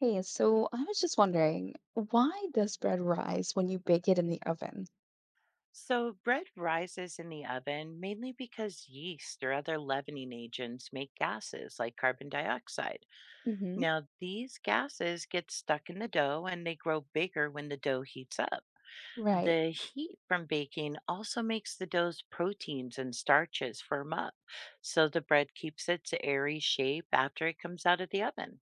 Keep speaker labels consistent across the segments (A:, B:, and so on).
A: Hey, so I was just wondering, why does bread rise when you bake it in the oven?
B: So, bread rises in the oven mainly because yeast or other leavening agents make gases like carbon dioxide.
A: Mm-hmm.
B: Now, these gases get stuck in the dough and they grow bigger when the dough heats up.
A: Right.
B: The heat from baking also makes the dough's proteins and starches firm up, so the bread keeps its airy shape after it comes out of the oven.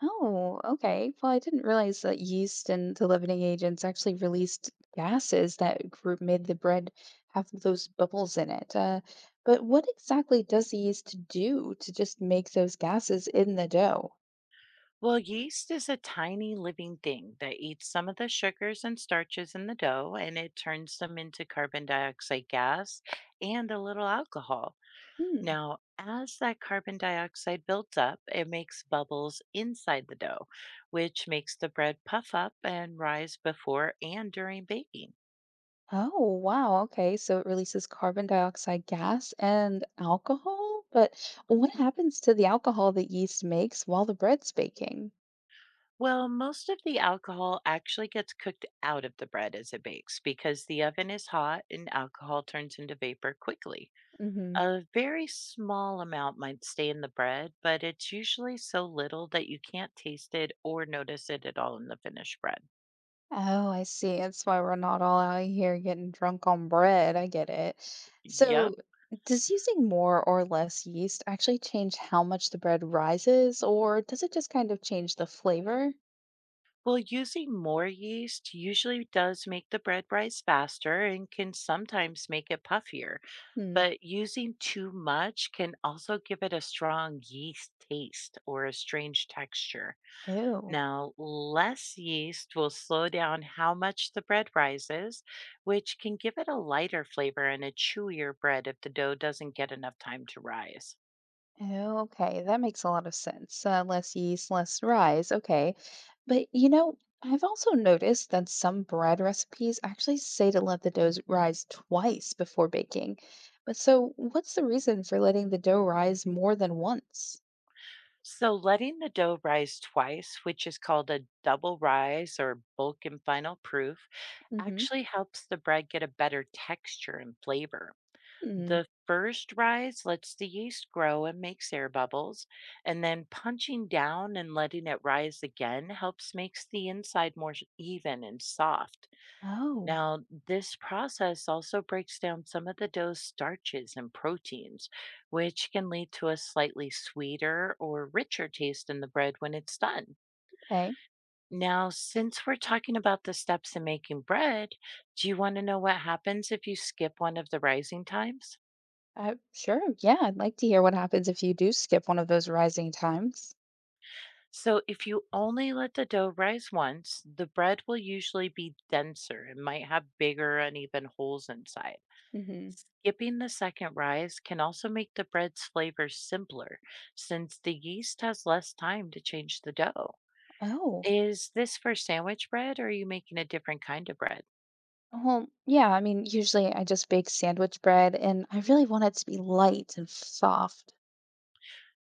A: Oh, okay. Well, I didn't realize that yeast and the leavening agents actually released gases that grew, made the bread have those bubbles in it. But what exactly does the yeast do to just make those gases in the dough?
B: Well, yeast is a tiny living thing that eats some of the sugars and starches in the dough and it turns them into carbon dioxide gas and a little alcohol. Now, as that carbon dioxide builds up, it makes bubbles inside the dough, which makes the bread puff up and rise before and during baking.
A: Oh, wow. Okay. So it releases carbon dioxide gas and alcohol. But what
B: Mhm.
A: happens to the alcohol that yeast makes while the bread's baking?
B: Well, most of the alcohol actually gets cooked out of the bread as it bakes because the oven is hot and alcohol turns into vapor quickly.
A: Hmm.
B: A very small amount might stay in the bread, but it's usually so little that you can't taste it or notice it at all in the finished bread.
A: Oh, I see. That's why we're not all out here getting drunk on bread. I get it.
B: Yep.
A: So, does using more or less yeast actually change how much the bread rises, or does it just kind of change the flavor?
B: Well, using more yeast usually does make the bread rise faster and can sometimes make it puffier,
A: Hmm.
B: but using too much can also give it a strong yeast taste or a strange texture.
A: Ew.
B: Now, less yeast will slow down how much the bread rises, which can give it a lighter flavor and a chewier bread if the dough doesn't get enough time to rise.
A: Oh, okay, that makes a lot of sense. Less yeast, less rise. Okay. But I've also noticed that some bread recipes actually say to let the dough rise twice before baking. But so, what's the reason for letting the dough rise more than once?
B: So, letting the dough rise twice, which is called a double rise or bulk and final proof,
A: Mm-hmm.
B: actually helps the bread get a better texture and flavor.
A: Mm.
B: The first rise lets the yeast grow and makes air bubbles, and then punching down and letting it rise again helps makes the inside more even and soft.
A: Oh,
B: Now, this process also breaks down some of the dough's starches and proteins, which can lead to a slightly sweeter or richer taste in the bread when it's done.
A: okay.
B: Now, since we're talking about the steps in making bread, do you want to know what happens if you skip one of the rising times?
A: Sure. Yeah, I'd like to hear what happens if you do skip one of those rising times.
B: So, if you only let the dough rise once, the bread will usually be denser and might have bigger uneven holes inside.
A: Mm-hmm.
B: Skipping the second rise can also make the bread's flavor simpler since the yeast has less time to change the dough.
A: Oh.
B: Is this for sandwich bread or are you making a different kind of bread?
A: Well, yeah, I mean, usually I just bake sandwich bread and I really want it to be light and soft.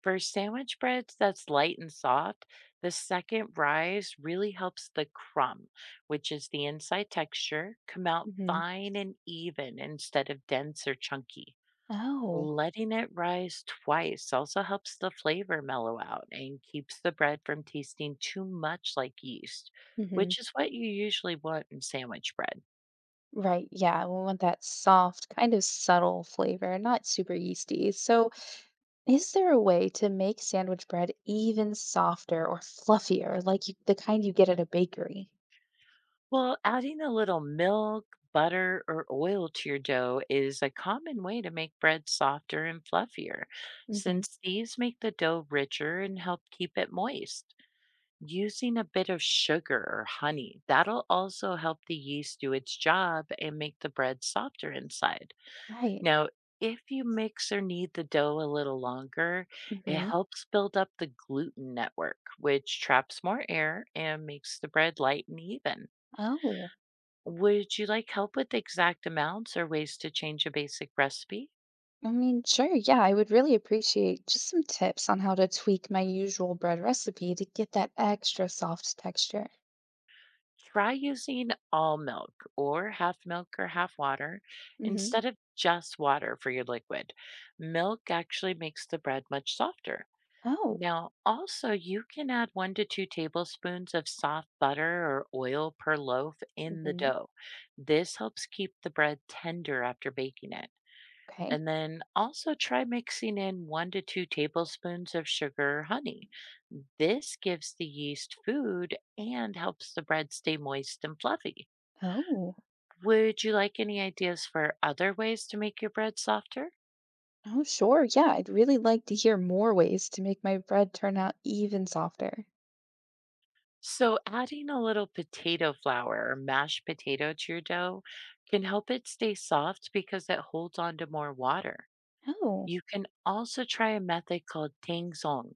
B: For sandwich breads that's light and soft, the second rise really helps the crumb, which is the inside texture, come out
A: Hmm.
B: fine and even instead of dense or chunky.
A: Oh.
B: Letting it rise twice also helps the flavor mellow out and keeps the bread from tasting too much like yeast,
A: Hmm.
B: which is what you usually want in sandwich bread.
A: Right. Yeah, we want that soft, kind of subtle flavor, not super yeasty. So, is there a way to make sandwich bread even softer or fluffier, like you, the kind you get at a bakery?
B: Well, adding a little milk, butter, or oil to your dough is a common way to make bread softer and fluffier,
A: Hmm.
B: since these make the dough richer and help keep it moist. Using a bit of sugar or honey, that'll also help the yeast do its job and make the bread softer inside.
A: Right.
B: Now, if you mix or knead the dough a little longer, it
A: Hmm.
B: helps build up the gluten network, which traps more air and makes the bread light and even.
A: Oh.
B: Would you like help with exact amounts or ways to change a basic recipe?
A: I mean, sure, yeah, I would really appreciate just some tips on how to tweak my usual bread recipe to get that extra soft texture.
B: Try using all milk or half water
A: Hmm.
B: instead of just water for your liquid. Milk actually makes the bread much softer.
A: Oh.
B: Now, also, you can add 1 to 2 tablespoons of soft butter or oil per loaf in the
A: Hmm.
B: dough. This helps keep the bread tender after baking it.
A: Okay.
B: And then also try mixing in 1 to 2 tablespoons of sugar or honey. This gives the yeast food and helps the bread stay moist and fluffy.
A: Oh,
B: Would you like any ideas for other ways to make your bread softer?
A: oh, sure. Yeah, I'd really like to hear more ways to make my bread turn out even softer.
B: So, adding a little potato flour or mashed potato to your dough can help it stay soft because it holds on to more water.
A: Oh.
B: You can also try a method called tangzong,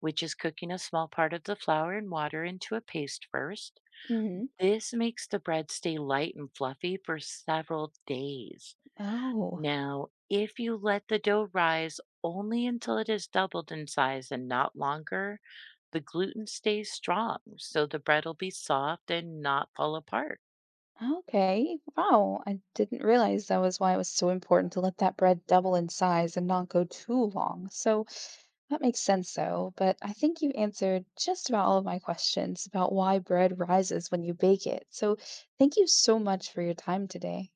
B: which is cooking a small part of the flour and water into a paste first.
A: Hmm.
B: This makes the bread stay light and fluffy for several days.
A: Oh,
B: Now, if you let the dough rise only until it has doubled in size and not longer, the gluten stays strong, so the bread will be soft and not fall apart.
A: okay. Wow, I didn't realize that was why it was so important to let that bread double in size and not go too long. So, that makes sense, though, but I think you answered just about all of my questions about why bread rises when you bake it. So thank you so much for your time today.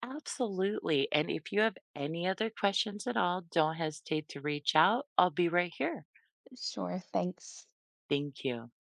B: Absolutely. And if you have any other questions at all, don't hesitate to reach out. I'll be right here.
A: Sure, thanks.
B: Thank you.